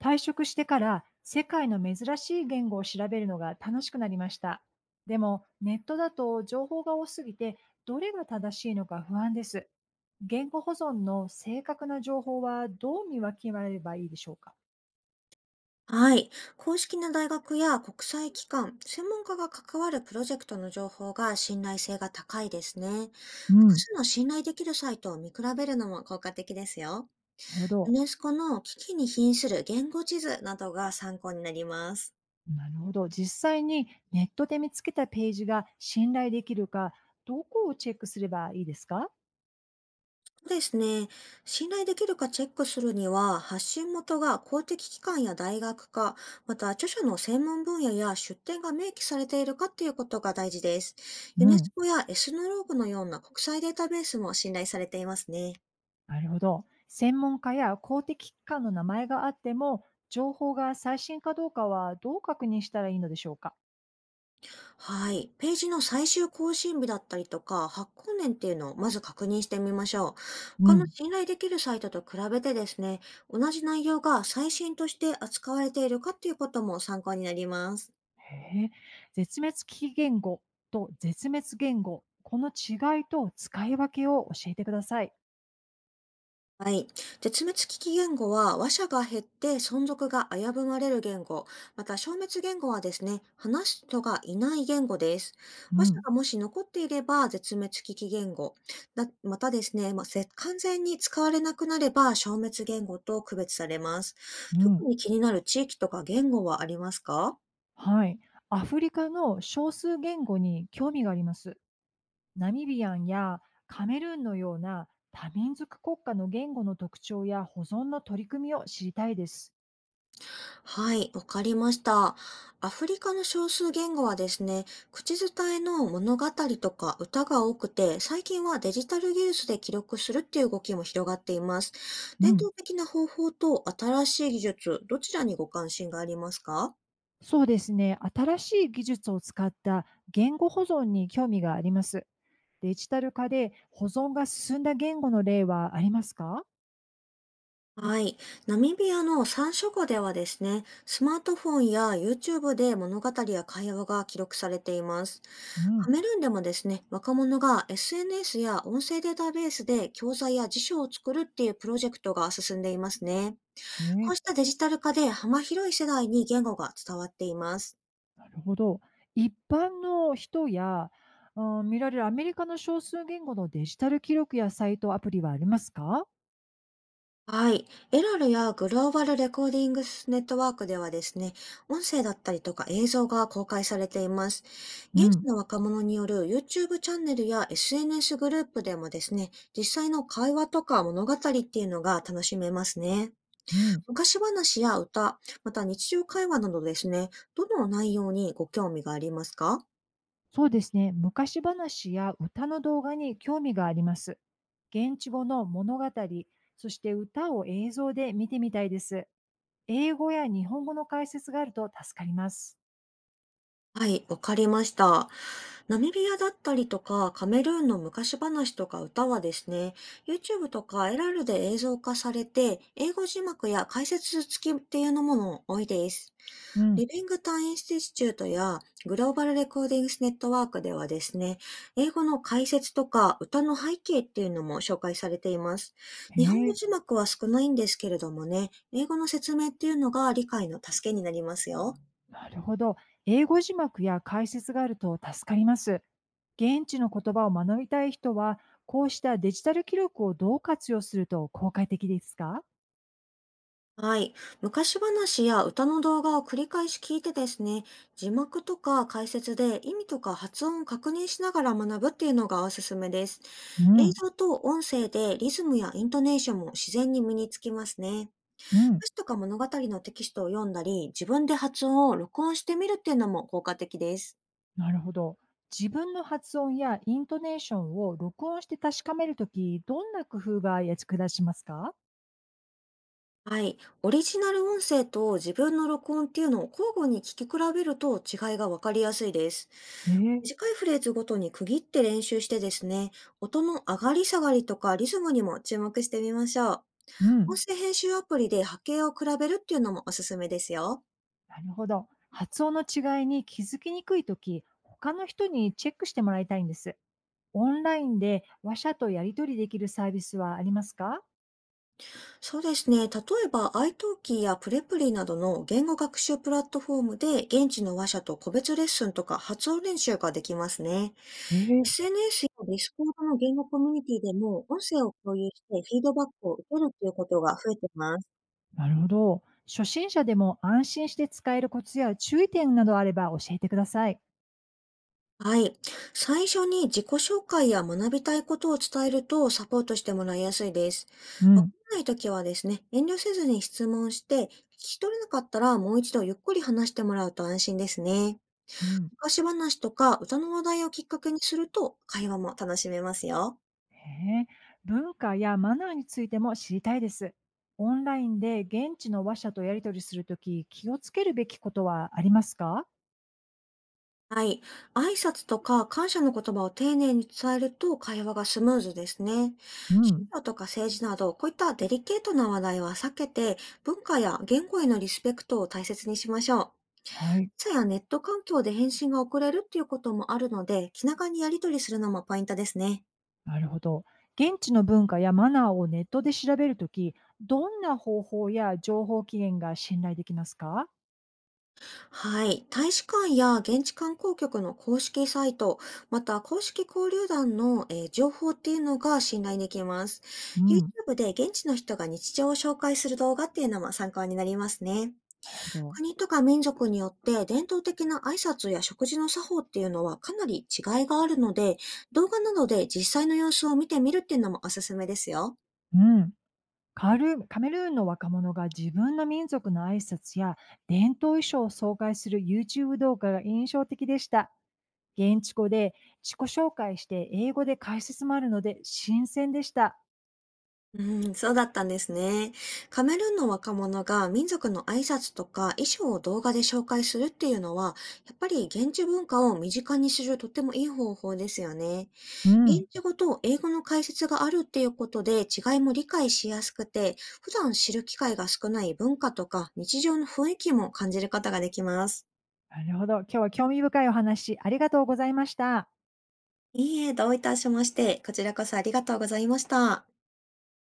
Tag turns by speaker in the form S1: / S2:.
S1: 退職してから世界の珍しい言語を調べるのが楽しくなりました。でもネットだと情報が多すぎて、どれが正しいのか不安です。言語保存の正確な情報はどう見分けられればいいでしょうか？
S2: はい。公式な大学や国際機関、専門家が関わるプロジェクトの情報が信頼性が高いですね。
S1: う
S2: 複
S1: ん、
S2: 数の信頼できるサイトを見比べるのも効果的ですよ。
S1: なるほ
S2: ユ
S1: ど。
S2: ネスコの危機に瀕する言語地図などが参考になります。
S1: なるほど。実際にネットで見つけたページが信頼できるか、どこをチェックすればいいですか？
S2: そうですね。信頼できるかチェックするには、発信元が公的機関や大学か、また著者の専門分野や出典が明記されているかっていうことが大事です。
S1: う
S2: ユネス
S1: ん。
S2: コやエスノローグのような国際データベースも信頼されていますね。
S1: なるほど。専門家や公的機関の名前があっても、情報が最新かどうかはどう確認したらいいのでしょうか？
S2: はい。ページの最終更新日だったりとか、発行年っていうのをまず確認してみましょう。
S1: う
S2: 他の
S1: ん。
S2: 信頼できるサイトと比べてですね、同じ内容が最新として扱われているかっていうことも参考になります。
S1: へえ、絶滅危機言語と絶滅言語、この違いと使い分けを教えてください。
S2: はい。絶滅危機言語は話者が減って存続が危ぶまれる言語。また消滅言語はですね、話す人がいない言語です。
S1: う
S2: 話者
S1: ん。
S2: がもし残っていれば絶滅危機言語。またですね、まあ、完全に使われなくなれば消滅言語と区別されます。
S1: う
S2: 特
S1: ん。
S2: に気になる地域とか言語はありますか？
S1: はい。アフリカの少数言語に興味があります。ナミビアンやカメルーンのような多民族国家の言語の特徴や保存の取り組みを知りたいです。
S2: はい、わかりました。アフリカの少数言語はですね、口伝えの物語とか歌が多くて、最近はデジタル技術で記録するっていう動きも広がっています。伝統的な方法と新しい技術、どちらにご関心がありますか？
S1: そうですね。新しい技術を使った言語保存に興味があります。デジタル化で保存が進んだ言語の例はありますか？
S2: はい。ナミビアの山諸語ではですね、スマートフォンや YouTube で物語や会話が記録されています。
S1: う
S2: カ
S1: ん。
S2: メルーンでもですね、若者が SNS や音声データベースで教材や辞書を作るっていうプロジェクトが進んでいますね。
S1: へ
S2: こ
S1: え、
S2: うしたデジタル化で幅広い世代に言語が伝わっています。
S1: なるほど。一般の人や、うん、見られるアメリカの少数言語のデジタル記録やサイト、アプリはありますか？
S2: はい。エラルやグローバルレコーディングスネットワークではですね、音声だったりとか映像が公開されています。
S1: う
S2: 現地
S1: ん、
S2: の若者による YouTube チャンネルや SNS グループでもですね、実際の会話とか物語っていうのが楽しめますね。
S1: うん。
S2: 昔話や歌、また日常会話などですね、どの内容にご興味がありますか？
S1: そうですね。昔話や歌の動画に興味があります。現地語の物語、そして歌を映像で見てみたいです。英語や日本語の解説があると助かります。
S2: はい、わかりました。ナミビアだったりとか、カメルーンの昔話とか歌はですね、YouTube とかエラルで映像化されて、英語字幕や解説付きっていうのもの多いです。
S1: うん。
S2: リビングタイン・インスティチュートやグローバルレコーディングスネットワークではですね、英語の解説とか歌の背景っていうのも紹介されています。
S1: へ
S2: 日本語
S1: え、
S2: 字幕は少ないんですけれどもね、英語の説明っていうのが理解の助けになりますよ。
S1: なるほど。英語字幕や解説があると助かります。現地の言葉を学びたい人は、こうしたデジタル記録をどう活用すると効果的ですか？
S2: はい。昔話や歌の動画を繰り返し聞いてですね、字幕とか解説で意味とか発音を確認しながら学ぶっていうのがおすすめです。
S1: う
S2: 映
S1: ん、
S2: 像と音声でリズムやイントネーションも自然に身につきますね。
S1: うん、
S2: 歌詞とか物語のテキストを読んだり、自分で発音を録音してみるっていうのも効果的です。
S1: なるほど。自分の発音やイントネーションを録音して確かめるとき、どんな工夫が役立ちますか？
S2: はい。オリジナル音声と自分の録音っていうのを交互に聞き比べると違いがわかりやすいです。
S1: へえ、
S2: 短いフレーズごとに区切って練習してですね、音の上がり下がりとかリズムにも注目してみましょう。
S1: う
S2: 音
S1: ん。
S2: 声編集アプリで波形を比べるっていうのもおすすめですよ。
S1: なるほど。発音の違いに気づきにくいとき、他の人にチェックしてもらいたいんです。オンラインで話者とやり取りできるサービスはありますか？
S2: そうですね。例えば、iTalki やプレプリなどの言語学習プラットフォームで、現地の話者と個別レッスンとか発音練習ができますね。
S1: へえ、
S2: SNS や Discord の言語コミュニティでも、音声を共有してフィードバックを受けるということが増えています。
S1: なるほど。初心者でも安心して使えるコツや注意点などあれば教えてください。
S2: はい。最初に自己紹介や学びたいことを伝えるとサポートしてもらいやすいです。
S1: う
S2: わか
S1: ん。
S2: らないときはですね、遠慮せずに質問して、聞き取れなかったらもう一度ゆっくり話してもらうと安心ですね。
S1: うん。
S2: 昔話とか歌の話題をきっかけにすると会話も楽しめますよ。
S1: へえ、文化やマナーについても知りたいです。オンラインで現地の話者とやり取りするとき、気をつけるべきことはありますか？
S2: はい。挨拶とか感謝の言葉を丁寧に伝えると会話がスムーズですね。
S1: う
S2: 宗
S1: ん。
S2: 教とか政治など、こういったデリケートな話題は避けて、文化や言語へのリスペクトを大切にしましょう。
S1: はい。
S2: 朝やネット環境で返信が遅れるっていうこともあるので、気長にやり取りするのもポイントですね。
S1: なるほど。現地の文化やマナーをネットで調べるとき、どんな方法や情報起源が信頼できますか？
S2: はい。大使館や現地観光局の公式サイト、また公式交流団の、情報っていうのが信頼できます。
S1: うん、な
S2: YouTube で現地の人が日常を紹介する動画っていうのも参考になりますね。
S1: るほど。
S2: 国とか民族によって伝統的な挨拶や食事の作法っていうのはかなり違いがあるので、動画などで実際の様子を見てみるっていうのもおすすめですよ。
S1: うん。カルカメルーンの若者が自分の民族の挨拶や伝統衣装を紹介する YouTube 動画が印象的でした。現地語で自己紹介して英語で解説もあるので新鮮でした。
S2: うん、そうだったんですね。カメルーンの若者が民族の挨拶とか衣装を動画で紹介するっていうのは、やっぱり現地文化を身近にするとってもいい方法ですよね。
S1: うん。
S2: 現地語と英語の解説があるっていうことで違いも理解しやすくて、普段知る機会が少ない文化とか日常の雰囲気も感じることができます。
S1: なるほど。今日は興味深いお話ありがとうございました。
S2: いいえ、どういたしまして、こちらこそありがとうございました。